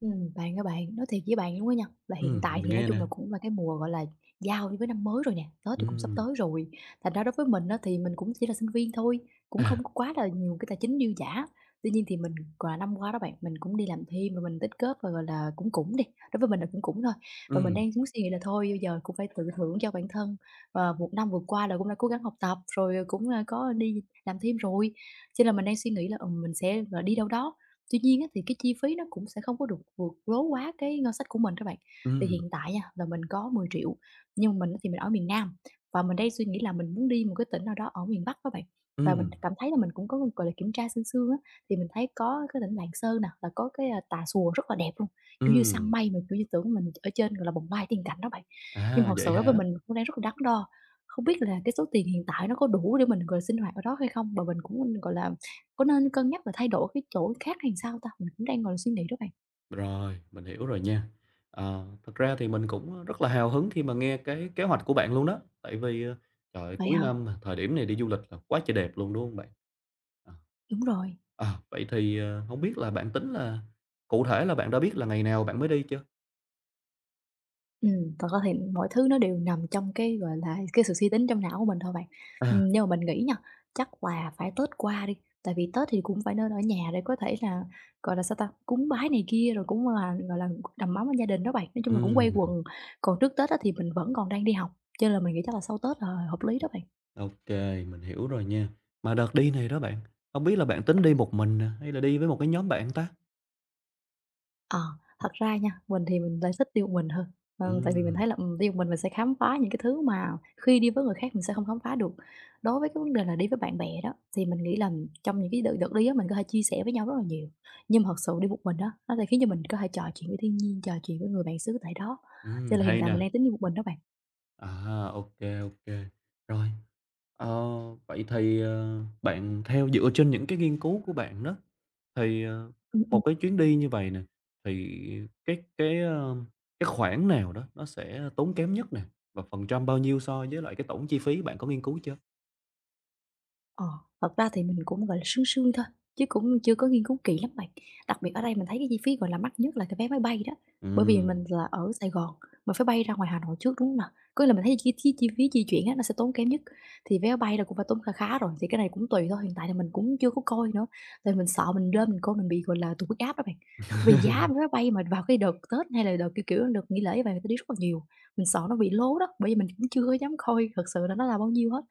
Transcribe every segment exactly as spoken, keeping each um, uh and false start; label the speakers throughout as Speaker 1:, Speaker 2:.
Speaker 1: Ừm, bạn các bạn, nói thiệt với bạn luôn á nha, là hiện
Speaker 2: Ừm,
Speaker 1: tại
Speaker 2: mình
Speaker 1: thì nói
Speaker 2: nghe nè.
Speaker 1: chung là cũng là cái mùa, gọi là, giao với năm mới rồi nè, Tết thì cũng sắp
Speaker 2: Ừm,
Speaker 1: tới rồi. Thành ra đối với mình á thì mình cũng chỉ là sinh viên thôi,
Speaker 2: à,
Speaker 1: cũng không có quá là nhiều cái tài chính dư dả. Tuy nhiên thì mình, gọi là, năm qua đó bạn, mình cũng đi làm thêm và mình tích góp và, gọi là, cũng cũng đi, đối với mình là cũng cũng thôi. Và mình
Speaker 2: ừm,
Speaker 1: đang muốn suy nghĩ là thôi bây giờ cũng phải tự thưởng cho bản thân, và một năm vừa qua là cũng đã cố gắng học tập, rồi cũng, a, có đi làm thêm rồi, cho nên là mình đang suy nghĩ là, ừm, mình sẽ, gọi là, đi đâu đó. Tuy nhiên á, thì cái chi phí nó cũng sẽ không có được vượt lố quá cái ngân sách của mình các bạn. Thì
Speaker 2: ừm,
Speaker 1: hiện tại nha, là mình có mười triệu nhưng mà mình á, thì mình ở miền Nam, và mình đang suy nghĩ là mình muốn đi một cái tỉnh nào đó ở miền Bắc các bạn. Và mình
Speaker 2: ừm,
Speaker 1: cảm thấy là mình cũng có, gọi là, kiểm tra sương sương á, thì mình thấy có cái tỉnh Lạng Sơn nè, là có cái, a, Tà Xùa rất là đẹp luôn, kiểu như, săn
Speaker 2: ừm.
Speaker 1: mây mà, kiểu như, tưởng mình ở trên, gọi là, bồng lai tiên cảnh đó bạn. Nhưng mà
Speaker 2: À,
Speaker 1: thật sự
Speaker 2: vậy
Speaker 1: đó với
Speaker 2: hả?
Speaker 1: mình cũng đang rất là đắn đo, không biết là cái số tiền hiện tại nó có đủ để mình, gọi là, sinh hoạt ở đó hay không? Và mình cũng, gọi là, có nên cân nhắc là thay đổi cái chỗ khác hay sao ta? Mình cũng đang ngồi suy nghĩ đó bạn.
Speaker 2: Rồi, mình hiểu rồi nha. Ờ, thật ra thì mình cũng rất là hào hứng khi mà nghe cái kế hoạch của bạn luôn đó, tại vì, ờ, trời ơi,
Speaker 1: Vậy
Speaker 2: cuối
Speaker 1: hả?
Speaker 2: năm mà, thời điểm này đi du lịch là quá trời đẹp luôn, đúng hông bạn? Ờ.
Speaker 1: Đúng rồi.
Speaker 2: Ờ, Vậy thì, ờ, hổng
Speaker 1: Ừm,
Speaker 2: biết là bạn tính là cụ thể là bạn đã biết là ngày nào bạn mới đi chưa?
Speaker 1: ừm, thật ra thì mọi thứ nó đều nằm trong cái, gọi là, cái sự suy tính trong não của mình thôi bạn.
Speaker 2: À,
Speaker 1: Ừm, nhưng mà mình nghĩ nha, chắc là phải Tết qua đi, tại vì Tết thì cũng phải nên ở nhà để có thể là, gọi là, sao ta, cúng bái này kia rồi cũng là, gọi là, đầm ấm bên gia đình đó bạn. Nói chung là cũng quây
Speaker 2: ừm,
Speaker 1: quần. Còn trước Tết á thì mình vẫn còn đang đi học, cho nên là mình nghĩ chắc là sau Tết là hợp lý đó bạn.
Speaker 2: ô kê, mình hiểu rồi nha. Mà đợt đi này đó bạn, hông biết là bạn tính đi một mình nè, hay là đi với một cái nhóm bạn ta?
Speaker 1: Ờ, thật ra nha, mình thì mình lại thích đi một mình hơn. Ờ, tại vì mình
Speaker 2: Ừm,
Speaker 1: thấy là, ừm, đi một mình mình sẽ khám phá những cái thứ mà khi đi với người khác mình sẽ không khám phá được. Đối với cái vấn đề là đi với bạn bè đó, thì mình nghĩ là trong những cái đợt đợt đi á, mình có thể chia sẻ với nhau rất là nhiều. Nhưng mà thật sự đi một mình đó nó sẽ khiến cho mình có thể trò chuyện với thiên nhiên, trò chuyện với người bạn xứ tại đó. Cho
Speaker 2: ừm,
Speaker 1: nên là hiện
Speaker 2: hay
Speaker 1: tại
Speaker 2: nè.
Speaker 1: mình đang tính đi một mình đó bạn.
Speaker 2: À, ok, ok. Rồi, ờ, vậy thì, ờ, bạn theo dựa trên những cái nghiên cứu của bạn đó, thì, ờ,
Speaker 1: Ừm,
Speaker 2: một cái chuyến đi như vậy nè, thì cái cái, ơ, cái khoản nào đó nó sẽ tốn kém nhất nè, và phần trăm bao nhiêu so với lại cái tổng chi phí, bạn có nghiên cứu chưa?
Speaker 1: Ờ, thật ra thì mình cũng, gọi là, sương sương thôi, chứ cũng chưa có nghiên cứu kỹ lắm bạn. Đặc biệt ở đây mình thấy cái chi phí, gọi là, mắc nhất là cái vé máy bay đó, bởi vì
Speaker 2: Ừm,
Speaker 1: mình là ở Sài Gòn, mình phải bay ra ngoài Hà Nội trước, đúng không nào? Có là mình thấy chi chi chi phí di chuyển á, nó sẽ tốn kém nhất, thì vé máy bay là cũng phải tốn khá khá rồi, thì cái này cũng tùy thôi, hiện tại là mình cũng chưa có coi nữa, tại mình sợ mình lên mình coi mình bị, gọi là, tụt huyết áp đó bạn. Bởi vì giá vé máy bay mà vào cái đợt Tết hay là đợt, kiểu kiểu, đợt nghỉ lễ như vậy người ta đi rất là nhiều, mình sợ nó bị lố đó, bởi vì mình cũng chưa có dám coi thật sự là nó là bao nhiêu hết.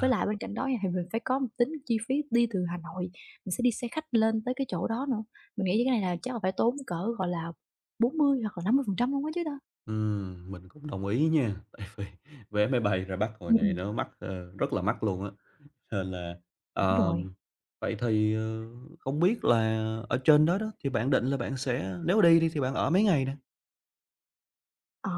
Speaker 1: Với lại bên cạnh đó thì mình phải có một tính chi phí đi từ Hà Nội, mình sẽ đi xe khách lên tới cái chỗ đó nữa. Mình nghĩ cái này là chắc là phải tốn cỡ, gọi là, bốn mươi hoặc là năm mươi phần trăm luôn á chứ ta.
Speaker 2: ừm, mình cũng đồng ý nha, tại vì vé máy bay ra Bắc hồi
Speaker 1: Ừm,
Speaker 2: này
Speaker 1: ừm,
Speaker 2: nó mắc, ờ, rất là mắc luôn á. Nên là,
Speaker 1: đúng rồi.
Speaker 2: ờm, vậy thì, ờ, không biết là ở trên đó đó, thì bạn định là bạn sẽ nếu đi đi thì bạn ở mấy ngày nè?
Speaker 1: Ờ,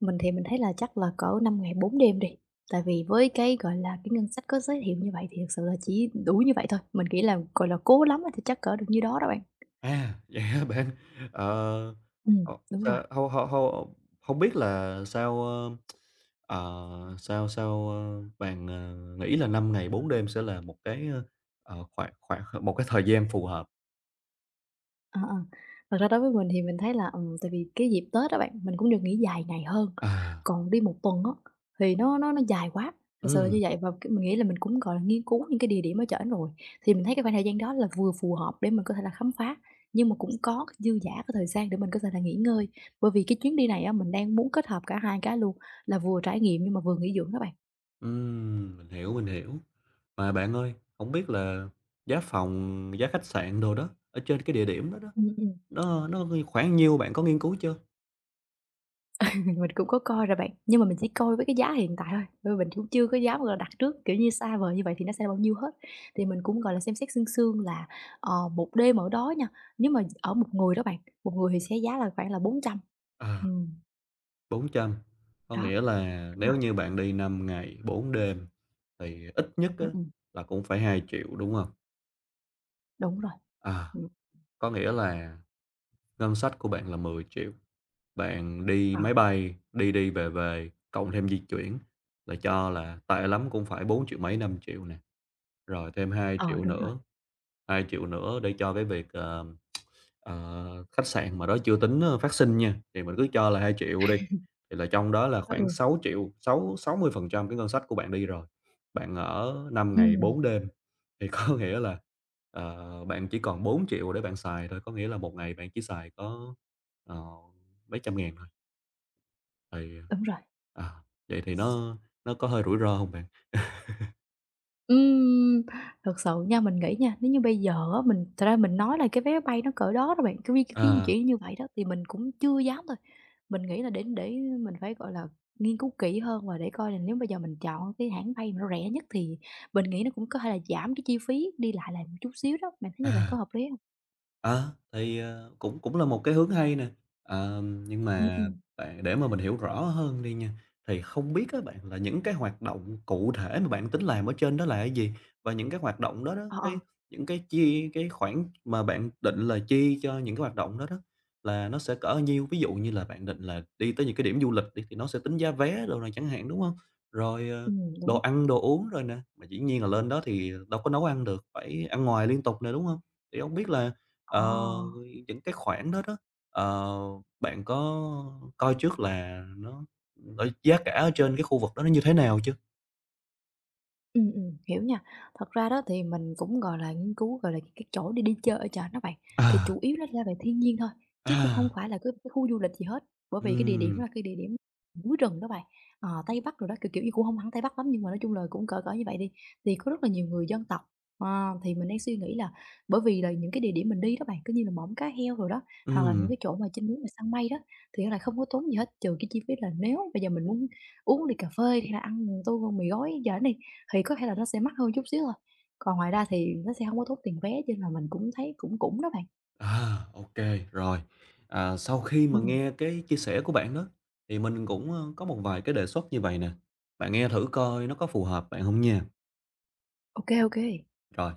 Speaker 1: mình thì mình thấy là chắc là cỡ năm ngày bốn đêm đi, tại vì với cái, gọi là, cái ngân sách có giới thiệu như vậy thì thực sự là chỉ đủ như vậy thôi, mình nghĩ là, gọi là, cố lắm thì chắc cỡ được như đó đó bạn.
Speaker 2: À, vậy hả bạn? Ờ,
Speaker 1: Ừm.
Speaker 2: ờ,
Speaker 1: Đúng rồi.
Speaker 2: sao hông hông hông hông biết là sao, ơ, ờ, sao sao, ơ, bạn, ờ, nghĩ là năm ngày bốn đêm sẽ là một cái, ơ, ờ, khoảng khoảng một cái thời gian phù hợp?
Speaker 1: Ờ, ờ. Thật ra đối với mình thì mình thấy là, ừm, tại vì cái dịp Tết đó bạn, mình cũng được nghỉ dài ngày hơn,
Speaker 2: À,
Speaker 1: còn đi một tuần á thì nó nó nó dài quá, thật sự là như
Speaker 2: ừm.
Speaker 1: vậy. Và cái mình nghĩ là mình cũng, gọi là, nghiên cứu những cái địa điểm ở trển rồi, thì mình thấy cái khoảng thời gian đó là vừa phù hợp để mình có thể là khám phá, nhưng mà cũng có cái dư dả cái thời gian để mình có thể là nghỉ ngơi. Bởi vì cái chuyến đi này á, mình đang muốn kết hợp cả hai cái luôn, là vừa trải nghiệm nhưng mà vừa nghỉ dưỡng các bạn.
Speaker 2: Ừm, mình hiểu, mình hiểu. Mà bạn ơi, không biết là giá phòng, giá khách sạn đồ đó, ở trên cái địa điểm đó đó,
Speaker 1: Ừm, ừm.
Speaker 2: nó nó khoảng nhiêu, bạn có nghiên cứu chưa?
Speaker 1: mình cũng có coi rồi bạn, nhưng mà mình chỉ coi với cái giá hiện tại thôi, bởi vì mình cũng chưa có dám, gọi là, đặt trước, kiểu như, xa vời như vậy thì nó sẽ là bao nhiêu hết. Thì mình cũng, gọi là, xem xét sương sương là, ờ, một đêm ở đó nha, nếu mà ở một người đó bạn, một người thì sẽ giá là khoảng là bốn trăm.
Speaker 2: À,
Speaker 1: Ừm,
Speaker 2: bốn trăm có
Speaker 1: đó,
Speaker 2: nghĩa là
Speaker 1: đúng
Speaker 2: nếu
Speaker 1: rồi,
Speaker 2: như bạn đi năm ngày bốn đêm thì ít nhất á
Speaker 1: ừm, ừm,
Speaker 2: là cũng phải hai triệu, đúng không?
Speaker 1: đúng rồi.
Speaker 2: À,
Speaker 1: Ừm,
Speaker 2: có nghĩa là ngân sách của bạn là mười triệu, bạn đi
Speaker 1: ờ,
Speaker 2: máy bay, đi đi về về, cộng thêm di chuyển là cho là tệ lắm cũng phải bốn triệu mấy, năm triệu nè, rồi thêm hai
Speaker 1: ờ,
Speaker 2: triệu
Speaker 1: đúng rồi,
Speaker 2: nữa hai triệu nữa để cho cái việc, ờ, ờ, khách sạn mà đó chưa tính, ơ, phát sinh nha, thì mình cứ cho là hai triệu đi, thì là trong đó là
Speaker 1: ừ,
Speaker 2: khoảng
Speaker 1: ừ,
Speaker 2: sáu triệu, sáu sáu mươi phần trăm cái ngân sách của bạn đi rồi. Bạn ở năm ngày
Speaker 1: ừm,
Speaker 2: bốn đêm thì có nghĩa là, ờ, bạn chỉ còn bốn triệu để bạn xài thôi, có nghĩa là một ngày bạn chỉ xài có, ờ, mấy trăm ngàn thôi, thì,
Speaker 1: đúng rồi.
Speaker 2: à, vậy thì nó nó có hơi rủi ro không bạn?
Speaker 1: Ừm, thực sự nha, mình nghĩ nha, nếu như bây giờ á, mình thật ra mình nói là cái vé bay nó cỡ đó đó bạn, cái vi cái phí di
Speaker 2: À,
Speaker 1: chuyển như vậy đó, thì mình cũng chưa dám thôi. Mình nghĩ là đến để mình phải, gọi là, nghiên cứu kỹ hơn và để coi là nếu bây giờ mình chọn cái hãng bay mà nó rẻ nhất thì mình nghĩ nó cũng có thể là giảm cái chi phí đi lại lại một chút xíu đó, bạn thấy như vậy
Speaker 2: à.
Speaker 1: có hợp lý không?
Speaker 2: Ờ, thì, ờ, cũng cũng là một cái hướng hay nè, ờ, nhưng
Speaker 1: Ừm,
Speaker 2: mà
Speaker 1: ừm,
Speaker 2: bạn để mà mình hiểu rõ hơn đi nha, thì không biết các bạn là những cái hoạt động cụ thể mà bạn tính làm ở trên đó là cái gì? Và những cái hoạt động đó đó,
Speaker 1: ờ, ờ,
Speaker 2: cái những cái chi cái khoản mà bạn định là chi cho những cái hoạt động đó đó là nó sẽ cỡ nhiêu? Ví dụ như là bạn định là đi tới những cái điểm du lịch đi thì nó sẽ tính giá vé rồi này chẳng hạn, đúng không? Rồi, ờ,
Speaker 1: ừm,
Speaker 2: đồ
Speaker 1: đúng.
Speaker 2: ăn, đồ uống rồi nè, mà dĩ nhiên là lên đó thì đâu có nấu ăn được, phải ăn ngoài liên tục nè, đúng không? Thì không biết là
Speaker 1: Ờ.
Speaker 2: Ờ, những cái khoản đó đó, ờ, bạn có coi trước là nó ở giá cả ở trên cái khu vực đó nó như thế nào chứ?
Speaker 1: Ừm, ừm, hiểu nha. Thật ra đó thì mình cũng, gọi là, nghiên cứu, gọi là, cái chỗ đi đi chơi ở chợ đó bạn, thì
Speaker 2: À.
Speaker 1: chủ yếu nó ra về thiên nhiên thôi, chứ cũng không
Speaker 2: À,
Speaker 1: phải là cái cái khu du lịch gì hết, bởi vì cái địa điểm
Speaker 2: ừm,
Speaker 1: đó là cái địa điểm núi rừng đó bạn. Ờ, Tây Bắc rồi đó, kiểu, kiểu như, cũng không hẳn Tây Bắc lắm nhưng mà nói chung là cũng cỡ cỡ như vậy đi, thì có rất là nhiều người dân tộc. Ờ, thì mình đang suy nghĩ là bởi vì là những cái địa điểm mình đi đó bạn, cứ như là mõm cá heo rồi đó, hoặc là những
Speaker 2: ừm,
Speaker 1: cái chỗ mà trên núi mà săn mây đó, thì nó lại không có tốn gì hết, trừ cái chi phí là nếu bây giờ mình muốn uống ly cà phê hay là ăn tô mì gói chởn này thì có thể là nó sẽ mắc hơn chút xíu thôi, còn ngoài ra thì nó sẽ hông có tốn tiền vé cho nên là mình cũng thấy cũng cũng đó bạn.
Speaker 2: à, ô, rồi. À, sau khi mà
Speaker 1: Ừm, ừm.
Speaker 2: nghe cái chia sẻ của bạn đó, thì mình cũng, ơ, có một vài cái đề xuất như vậy nè, bạn nghe thử coi nó có phù hợp bạn không nha.
Speaker 1: Ô kê, ô kê.
Speaker 2: Rồi,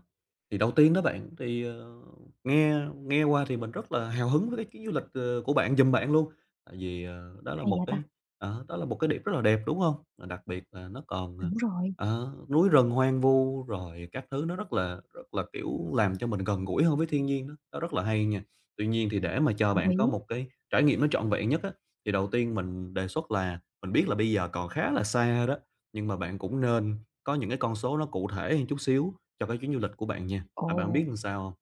Speaker 2: thì đầu tiên đó bạn, thì, ờ, nghe nghe qua thì mình rất là hào hứng với cái chuyến du lịch, ờ, của bạn giùm bạn luôn, tại vì, ờ, đó là
Speaker 1: Hay
Speaker 2: một
Speaker 1: vậy
Speaker 2: cái
Speaker 1: ta?
Speaker 2: ờ, đó là một cái điểm rất là đẹp, đúng không? Và đặc biệt là nó còn, ờ,
Speaker 1: Đúng rồi,
Speaker 2: ờ, núi rừng hoang vu rồi các thứ nó rất là rất là, kiểu, làm cho mình gần gũi hơn với thiên nhiên đó, nó rất là hay nha. Tuy nhiên thì để mà cho
Speaker 1: đồng
Speaker 2: bạn có
Speaker 1: ý.
Speaker 2: một cái trải nghiệm nó trọn vẹn nhất á, thì đầu tiên mình đề xuất là mình biết là bây giờ còn khá là xa đó, nhưng mà bạn cũng nên có những cái con số nó cụ thể hơn chút xíu, cho cái chuyến du lịch của bạn nha, mà bạn biết
Speaker 1: Ồ.
Speaker 2: làm sao hông?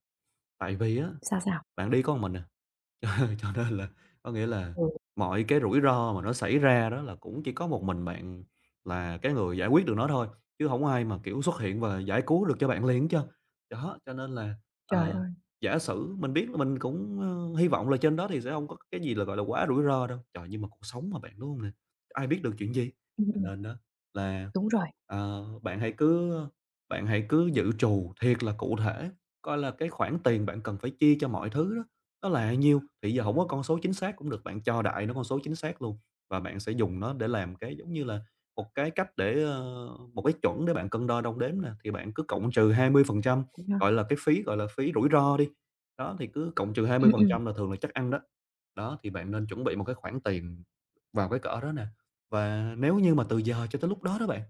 Speaker 2: Tại vì á,
Speaker 1: Sao, sao?
Speaker 2: bạn đi có một mình à, cho nên là có nghĩa là
Speaker 1: Ừ,
Speaker 2: mọi cái rủi ro mà nó xảy ra đó là cũng chỉ có một mình bạn là cái người giải quyết được nó thôi, chứ không ai mà, kiểu, xuất hiện và giải cứu được cho bạn liền hết trơn. Đó, cho nên là,
Speaker 1: trời
Speaker 2: ờ,
Speaker 1: ơi!
Speaker 2: giả sử mình biết là mình cũng, ơ, hy vọng là trên đó thì sẽ không có cái gì là, gọi là, quá rủi ro đâu. Trời, nhưng mà cuộc sống mà bạn, đúng hông nè? Ai biết được chuyện gì?
Speaker 1: Ừm,
Speaker 2: Cho
Speaker 1: ừm,
Speaker 2: nên đó là,
Speaker 1: đúng rồi.
Speaker 2: ờ, bạn hãy cứ, bạn hãy cứ dự trù thiệt là cụ thể, coi là cái khoản tiền bạn cần phải chi cho mọi thứ đó, nó là nhiêu? Thì giờ không có con số chính xác cũng được, bạn cho đại nó con số chính xác luôn, và bạn sẽ dùng nó để làm cái, giống như là, một cái cách để, ơ một cái chuẩn để bạn cân đo đong đếm nè, thì bạn cứ cộng trừ hai mươi phần trăm,
Speaker 1: Vậy ha.
Speaker 2: gọi là, cái phí, gọi là, phí rủi ro đi. Đó, thì cứ cộng trừ
Speaker 1: Ừm, ừm.
Speaker 2: hai mươi phần trăm là thường là chắc ăn đó. Đó, thì bạn nên chuẩn bị một cái khoản tiền vào cái cỡ đó nè. Và nếu như mà từ giờ cho tới lúc đó đó bạn,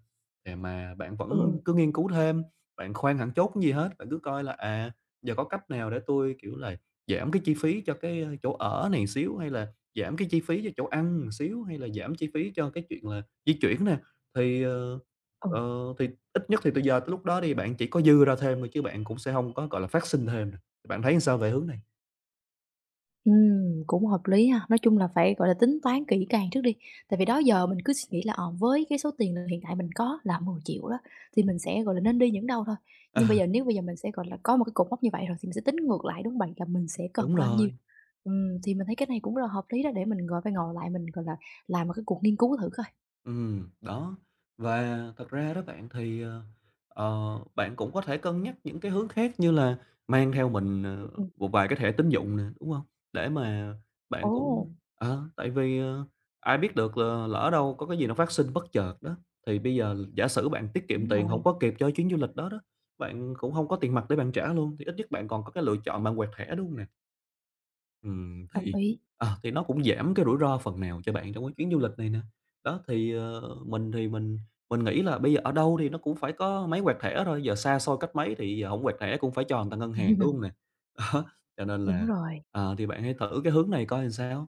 Speaker 2: để mà bạn
Speaker 1: Ừ,
Speaker 2: vẫn
Speaker 1: ừ.
Speaker 2: cứ nghiên cứu thêm, bạn khoan hẳn chốt cái gì hết, bạn cứ coi là, à, giờ có cách nào để tôi kiểu là, giảm cái chi phí cho cái, ơ, chỗ ở này xíu, hay là giảm cái chi phí cho chỗ ăn xíu, hay là giảm chi phí cho cái chuyện là di chuyển nè. Thì, ờ,
Speaker 1: Ừ.
Speaker 2: ờ, thì ít nhất thì từ giờ tới lúc đó đi, bạn chỉ có dư ra thêm thôi chứ bạn cũng sẽ không có, gọi là, phát sinh thêm nè. Bạn thấy sao về hướng này?
Speaker 1: Ừm, cũng hợp lý ha. Nói chung là phải, gọi là, tính toán kỹ càng trước đi, tại vì đó giờ mình cứ suy nghĩ là, ờ, với cái số tiền là hiện tại mình có là mười triệu đó, thì mình sẽ, gọi là, nên đi những đâu thôi. Nhưng bây
Speaker 2: À,
Speaker 1: giờ nếu bây giờ mình sẽ, gọi là, có một cái cột mốc như vậy rồi thì mình sẽ tính ngược lại, đúng không bạn? Là mình sẽ
Speaker 2: đúng
Speaker 1: cần bao nhiêu.
Speaker 2: rồi.
Speaker 1: Ừm, thì mình thấy cái này cũng rất là hợp lý đó, để mình gọi phải ngồi lại mình, gọi là, làm một cái cuộc nghiên cứu thử coi.
Speaker 2: Ừ, đó. Và thật ra đó bạn thì, ờ, ờ, bạn cũng có thể cân nhắc những cái hướng khác như là mang theo mình, ờ,
Speaker 1: Ừm.
Speaker 2: một vài cái thẻ tín dụng nè, đúng không? Để mà bạn
Speaker 1: Ồ,
Speaker 2: cũng ờ, tại vì, ờ, ai biết được là lỡ đâu có cái gì nó phát sinh bất chợt đó, thì bây giờ giả sử bạn tiết kiệm
Speaker 1: đúng
Speaker 2: tiền không
Speaker 1: rồi,
Speaker 2: có kịp cho chuyến du lịch đó đó, bạn cũng không có tiền mặt để bạn trả luôn, thì ít nhất bạn còn có cái lựa chọn bạn quẹt thẻ, đúng không nè? Ừm,
Speaker 1: đồng
Speaker 2: thì,
Speaker 1: ý.
Speaker 2: ờ, thì nó cũng giảm cái rủi ro phần nào cho bạn trong cái chuyến du lịch này nè. Đó, thì, ờ, mình thì mình mình nghĩ là bây giờ ở đâu thì nó cũng phải có máy quẹt thẻ thôi, giờ xa xôi cách mấy thì giờ hổng quẹt thẻ cũng phải cho người ta ngân hàng, đúng không nè? Đó, cho nên
Speaker 1: Đúng
Speaker 2: là,
Speaker 1: rồi.
Speaker 2: ờ, thì bạn hãy thử cái hướng này coi làm sao.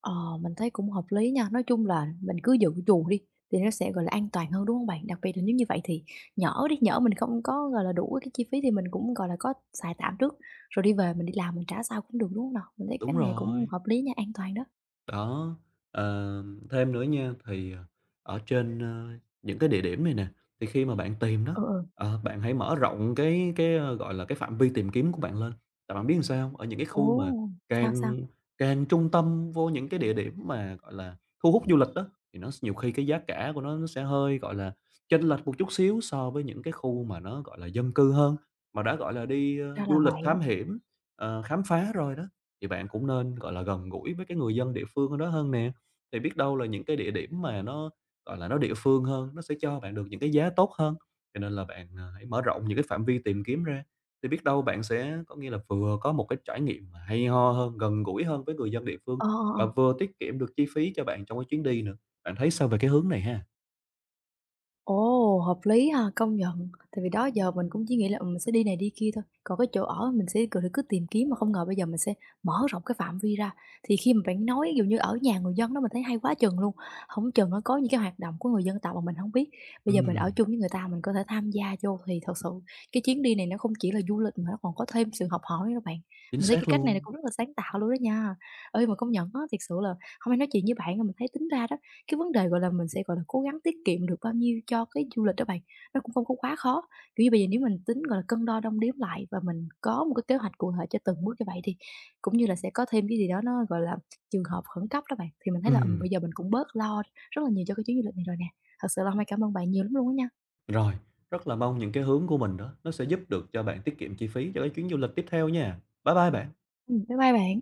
Speaker 1: Ờ, mình thấy cũng hợp lý nha. Nói chung là mình cứ dự trù đi thì nó sẽ, gọi là, an toàn hơn, đúng không bạn? Đặc biệt là nếu như vậy thì nhỡ đi, nhỡ mình không có, gọi là, đủ cái chi phí thì mình cũng, gọi là, có xài tạm trước, rồi đi về mình đi làm mình trả sau cũng được, đúng không nào? Mình thấy cái
Speaker 2: Đúng
Speaker 1: này cũng
Speaker 2: rồi.
Speaker 1: hợp lý nha, an toàn đó.
Speaker 2: Đó, ờ, thêm nữa nha, thì, ờ, ở trên, ơ, những cái địa điểm này nè, thì khi mà bạn tìm đó,
Speaker 1: Ừ, ừ.
Speaker 2: ờ, bạn hãy mở rộng cái cái, ơ, gọi là, cái phạm vi tìm kiếm của bạn lên. Tại bạn biết làm sao hông? Ở những cái khu mà
Speaker 1: Ồ! Sao, sao?
Speaker 2: càng càng trung tâm vô những cái địa điểm mà, gọi là, thu hút du lịch đó thì nó nhiều khi cái giá cả của nó nó sẽ hơi, gọi là, chênh lệch một chút xíu so với những cái khu mà nó, gọi là, dân cư hơn, mà đã, gọi là, đi, ơ,
Speaker 1: Ra
Speaker 2: du
Speaker 1: là
Speaker 2: lịch thám
Speaker 1: vậy.
Speaker 2: hiểm, ờ, khám phá rồi đó, thì bạn cũng nên, gọi là, gần gũi với cái người dân địa phương ở đó hơn nè. Thì biết đâu là những cái địa điểm mà nó, gọi là, nó địa phương hơn, nó sẽ cho bạn được những cái giá tốt hơn. Cho nên là bạn, ờ, hãy mở rộng những cái phạm vi tìm kiếm ra, thì biết đâu bạn sẽ có nghĩa là vừa có một cái trải nghiệm mà hay ho hơn, gần gũi hơn với người dân địa phương,
Speaker 1: Ờ, ờ,
Speaker 2: mà
Speaker 1: ờ.
Speaker 2: vừa tiết kiệm được chi phí cho bạn trong cái chuyến đi nữa. Bạn thấy sao về cái hướng này ha?
Speaker 1: Ồ, hợp lý ha, công nhận. Tại vì đó giờ mình cũng chỉ nghĩ là, ừ, mình sẽ đi này đi kia thôi, còn cái chỗ ở mình sẽ cứ cứ tìm kiếm mà không ngờ bây giờ mình sẽ mở rộng cái phạm vi ra. Thì khi mà bạn nói ví dụ như ở nhà người dân đó mình thấy hay quá chừng luôn, không chừng nó có những cái hoạt động của người dân tộc mà mình không biết, bây giờ mình ở
Speaker 2: Ừm,
Speaker 1: chung với người ta mình có thể tham gia vô thì thật sự cái chuyến đi này nó không chỉ là du lịch mà nó còn có thêm sự học hỏi nữa bạn.
Speaker 2: chính
Speaker 1: Mình thấy cái
Speaker 2: xác
Speaker 1: cách này nó
Speaker 2: luôn.
Speaker 1: cũng rất là sáng tạo luôn đó nha. Ơi mà công nhận á, thiệt sự là hôm nay nói chuyện với bạn mà mình thấy tính ra đó cái vấn đề, gọi là, mình sẽ, gọi là, cố gắng tiết kiệm được bao nhiêu cho cái du lịch đó bạn, nó cũng không có quá khó. Kiểu như, bây giờ nếu mình tính, gọi là, cân đo đong đếm lại và mình có một cái kế hoạch cụ thể cho từng bước như vậy thì cũng như là sẽ có thêm cái gì đó nó, gọi là, trường hợp khẩn cấp đó bạn, thì mình thấy là, ừm,
Speaker 2: Ừm,
Speaker 1: bây giờ mình cũng bớt lo rất là nhiều cho cái chuyến du lịch này rồi nè. Thật sự là hôm nay cảm ơn bạn nhiều lắm luôn á nha.
Speaker 2: rồi, rất là mong những cái hướng của mình đó, nó sẽ giúp được cho bạn tiết kiệm chi phí cho cái chuyến du lịch tiếp theo nha. Bye bye bạn.
Speaker 1: Ừm, bye bye bạn.